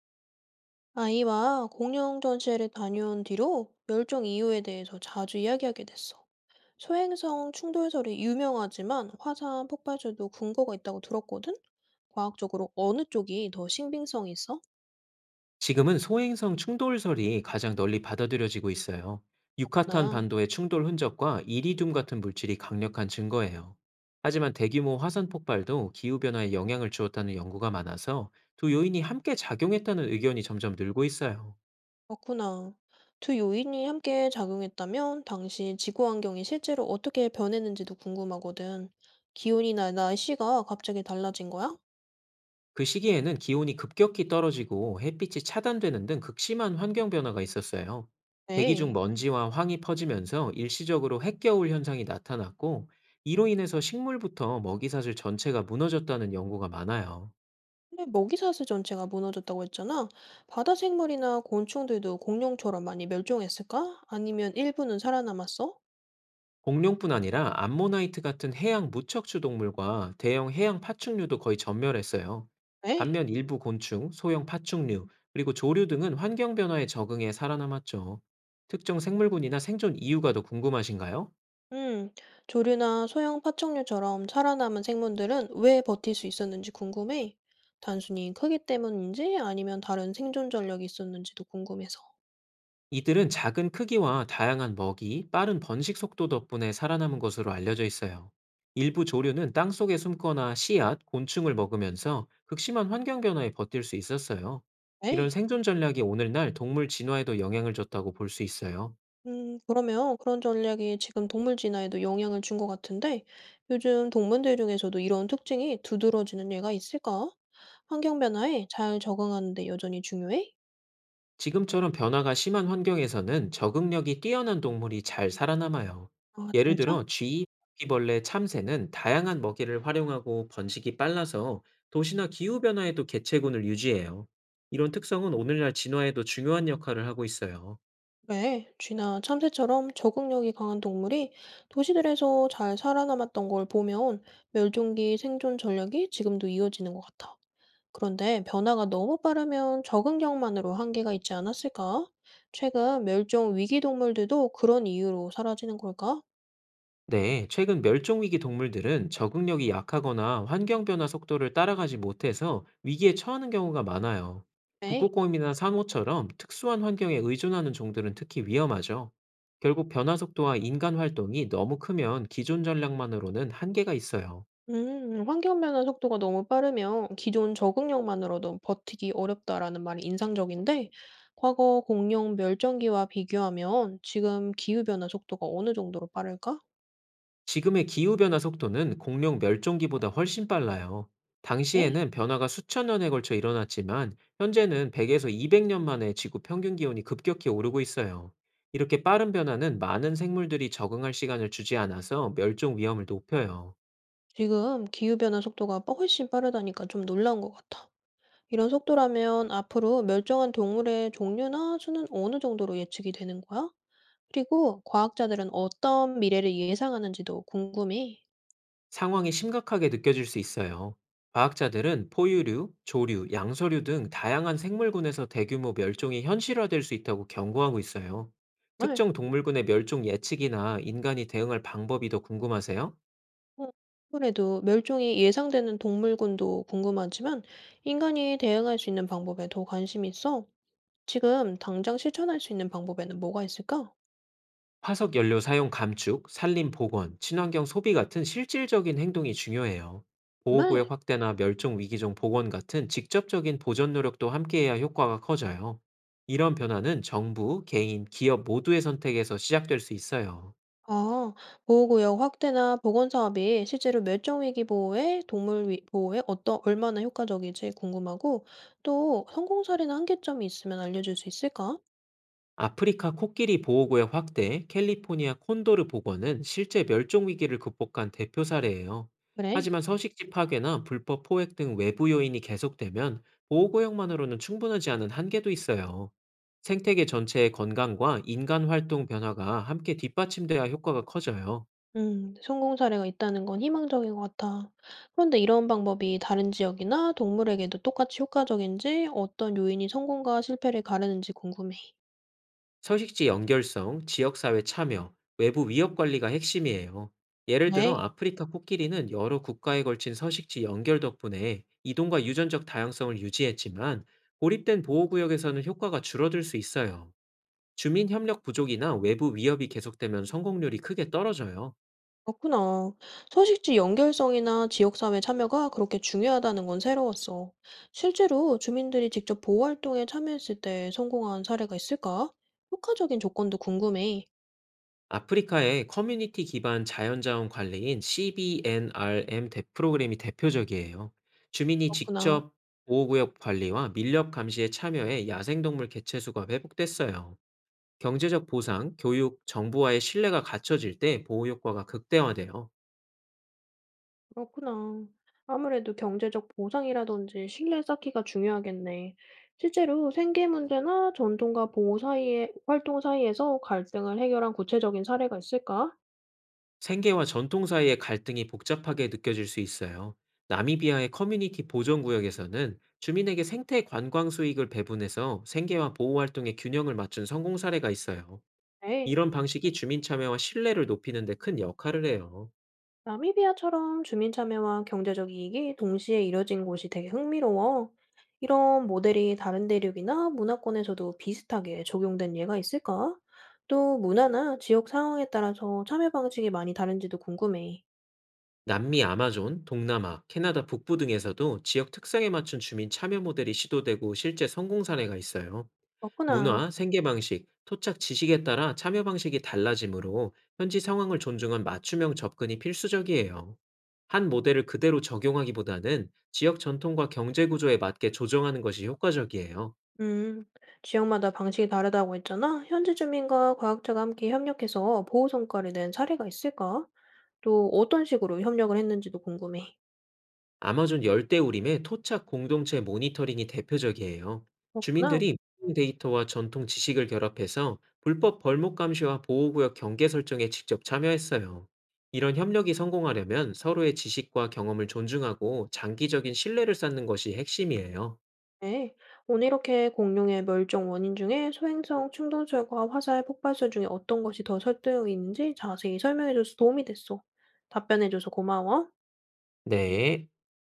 아이와 공룡 전시회를 다녀온 뒤로 멸종 이유에 대해서 자주 이야기하게 됐어. 소행성 충돌설이 유명하지만 화산 폭발설도 근거가 있다고 들었거든? 과학적으로 어느 쪽이 더 신빙성이 있어? 지금은 소행성 충돌설이 가장 널리 받아들여지고 있어요. 유카탄 나, 반도의 충돌 흔적과 이리듐 같은 물질이 강력한 증거예요. 하지만 대규모 화산 폭발도 기후변화에 영향을 주었다는 연구가 많아서 두 요인이 함께 작용했다는 의견이 점점 늘고 있어요. 그렇구나. 두 요인이 함께 작용했다면 당시 지구 환경이 실제로 어떻게 변했는지도 궁금하거든. 기온이나 날씨가 갑자기 달라진 거야? 그 시기에는 기온이 급격히 떨어지고 햇빛이 차단되는 등 극심한 환경 변화가 있었어요. 대기 중 네. 먼지와 황이 퍼지면서 일시적으로 핵겨울 현상이 나타났고, 이로 인해서 식물부터 먹이사슬 전체가 무너졌다는 연구가 많아요. 근데 먹이사슬 전체가 무너졌다고 했잖아. 바다 생물이나 곤충들도 공룡처럼 많이 멸종했을까? 아니면 일부는 살아남았어? 공룡뿐 아니라 암모나이트 같은 해양 무척추 동물과 대형 해양 파충류도 거의 전멸했어요. 에이, 반면 일부 곤충, 소형 파충류, 그리고 조류 등은 환경 변화에 적응해 살아남았죠. 특정 생물군이나 생존 이유가 더 궁금하신가요? 음, 조류나 소형 파충류처럼 살아남은 생물들은 왜 버틸 수 있었는지 궁금해. 단순히 크기 때문인지 아니면 다른 생존 전력이 있었는지도 궁금해서. 이들은 작은 크기와 다양한 먹이, 빠른 번식 속도 덕분에 살아남은 것으로 알려져 있어요. 일부 조류는 땅속에 숨거나 씨앗, 곤충을 먹으면서 극심한 환경 변화에 버틸 수 있었어요. 이런 에이. 생존 전략이 오늘날 동물 진화에도 영향을 줬다고 볼 수 있어요. 그러면 그런 전략이 지금 동물 진화에도 영향을 준 것 같은데, 요즘 동물들 중에서도 이런 특징이 두드러지는 얘가 있을까? 환경 변화에 잘 적응하는데 여전히 중요해? 지금처럼 변화가 심한 환경에서는 적응력이 뛰어난 동물이 잘 살아남아요. 아, 예를 진짜? 들어 쥐, 바퀴벌레, 참새는 다양한 먹이를 활용하고 번식이 빨라서 도시나 기후변화에도 개체군을 유지해요. 이런 특성은 오늘날 진화에도 중요한 역할을 하고 있어요. 그래, 쥐나 참새처럼 적응력이 강한 동물이 도시들에서 잘 살아남았던 걸 보면 멸종기 생존 전략이 지금도 이어지는 것 같아. 그런데 변화가 너무 빠르면 적응력만으로 한계가 있지 않았을까? 최근 멸종 위기 동물들도 그런 이유로 사라지는 걸까? 네, 최근 멸종위기 동물들은 적응력이 약하거나 환경 변화 속도를 따라가지 못해서 위기에 처하는 경우가 많아요. 네. 북극곰이나 상어처럼 특수한 환경에 의존하는 종들은 특히 위험하죠. 결국 변화 속도와 인간 활동이 너무 크면 기존 전략만으로는 한계가 있어요. 환경 변화 속도가 너무 빠르면 기존 적응력만으로도 버티기 어렵다라는 말이 인상적인데, 과거 공룡 멸종기와 비교하면 지금 기후 변화 속도가 어느 정도로 빠를까? 지금의 기후변화 속도는 공룡 멸종기보다 훨씬 빨라요. 네. 당시에는 변화가 수천 년에 걸쳐 일어났지만, 현재는 100에서 200년 만에 지구 평균 기온이 급격히 오르고 있어요. 이렇게 빠른 변화는 많은 생물들이 적응할 시간을 주지 않아서 멸종 위험을 높여요. 지금 기후 변화 속도가 훨씬 빠르다니까 좀 놀라운 것 같아. 이런 속도라면 앞으로 멸종한 동물의 종류나 수는 어느 정도로 예측이 되는 거야? 그리고 과학자들은 어떤 미래를 예상하는지도 궁금해. 상황이 심각하게 느껴질 수 있어요. 과학자들은 포유류, 조류, 양서류 등 다양한 생물군에서 대규모 멸종이 현실화될 수 있다고 경고하고 있어요. 정말? 특정 동물군의 멸종 예측이나 인간이 대응할 방법이 더 궁금하세요? 어, 아무래도 멸종이 예상되는 동물군도 궁금하지만 인간이 대응할 수 있는 방법에 더 관심이 있어. 지금 당장 실천할 수 있는 방법에는 뭐가 있을까? 화석 연료 사용 감축, 산림 복원, 친환경 소비 같은 실질적인 행동이 중요해요. 정말? 보호구역 확대나 멸종 위기종 복원 같은 직접적인 보전 노력도 함께해야 효과가 커져요. 이런 변화는 정부, 개인, 기업 모두의 선택에서 시작될 수 있어요. 아, 보호구역 확대나 복원 사업이 실제로 멸종위기 보호에, 보호에 얼마나 효과적일지 궁금하고, 또 성공 사례나 한계점이 있으면 알려줄 수 있을까? 아프리카 코끼리 보호구의 확대, 캘리포니아 콘도르 복원은 실제 멸종 위기를 극복한 대표 사례예요. 그래. 하지만 서식지 파괴나 불법 포획 등 외부 요인이 계속되면 보호구역만으로는 충분하지 않은 한계도 있어요. 생태계 전체의 건강과 인간 활동 변화가 함께 뒷받침돼야 효과가 커져요. 성공 사례가 있다는 건 희망적인 것 같아. 그런데 이런 방법이 다른 지역이나 동물에게도 똑같이 효과적인지, 어떤 요인이 성공과 실패를 가르는지 궁금해. 서식지 연결성, 지역사회 참여, 외부 위협 관리가 핵심이에요. 예를 들어 네. 아프리카 코끼리는 여러 국가에 걸친 서식지 연결 덕분에 이동과 유전적 다양성을 유지했지만 고립된 보호구역에서는 효과가 줄어들 수 있어요. 주민 협력 부족이나 외부 위협이 계속되면 성공률이 크게 떨어져요. 그렇구나. 서식지 연결성이나 지역사회 참여가 그렇게 중요하다는 건 새로웠어. 실제로 주민들이 직접 보호활동에 참여했을 때 성공한 사례가 있을까? 효과적인 조건도 궁금해. 아프리카의 커뮤니티 기반 자연자원 관리인 CBNRM 대 프로그램이 대표적이에요. 주민이 그렇구나. 직접 보호구역 관리와 밀렵 감시에 참여해 야생동물 개체수가 회복됐어요. 경제적 보상, 교육, 정부와의 신뢰가 갖춰질 때 보호 효과가 극대화돼요. 그렇구나. 아무래도 경제적 보상이라든지 신뢰 쌓기가 중요하겠네. 실제로 생계 문제나 전통과 보호 사이에, 활동 사이에서 갈등을 해결한 구체적인 사례가 있을까? 생계와 전통 사이의 갈등이 복잡하게 느껴질 수 있어요. 나미비아의 커뮤니티 보존구역에서는 주민에게 생태 관광 수익을 배분해서 생계와 보호 활동의 균형을 맞춘 성공 사례가 있어요. 네. 이런 방식이 주민 참여와 신뢰를 높이는 데 큰 역할을 해요. 나미비아처럼 주민 참여와 경제적 이익이 동시에 이뤄진 곳이 되게 흥미로워. 이런 모델이 다른 대륙이나 문화권에서도 비슷하게 적용된 예가 있을까? 또 문화나 지역 상황에 따라서 참여 방식이 많이 다른지도 궁금해. 남미 아마존, 동남아, 캐나다 북부 등에서도 지역 특성에 맞춘 주민 참여 모델이 시도되고 실제 성공 사례가 있어요. 그렇구나. 문화, 생계 방식, 토착 지식에 따라 참여 방식이 달라지므로 현지 상황을 존중한 맞춤형 접근이 필수적이에요. 한 모델을 그대로 적용하기보다는 지역 전통과 경제 구조에 맞게 조정하는 것이 효과적이에요. 음, 지역마다 방식이 다르다고 했잖아. 현지 주민과 과학자가 함께 협력해서 보호 성과를 낸 사례가 있을까? 또 어떤 식으로 협력을 했는지도 궁금해. 아마존 열대우림의 토착 공동체 모니터링이 대표적이에요. 그렇구나. 주민들이 모형 데이터와 전통 지식을 결합해서 불법 벌목 감시와 보호구역 경계 설정에 직접 참여했어요. 이런 협력이 성공하려면 서로의 지식과 경험을 존중하고 장기적인 신뢰를 쌓는 것이 핵심이에요. 네, 오늘 이렇게 공룡의 멸종 원인 중에 소행성 충동설과 화살 폭발설 중에 어떤 것이 더 설득이 있는지 자세히 설명해줘서 도움이 됐어. 답변해줘서 고마워. 네.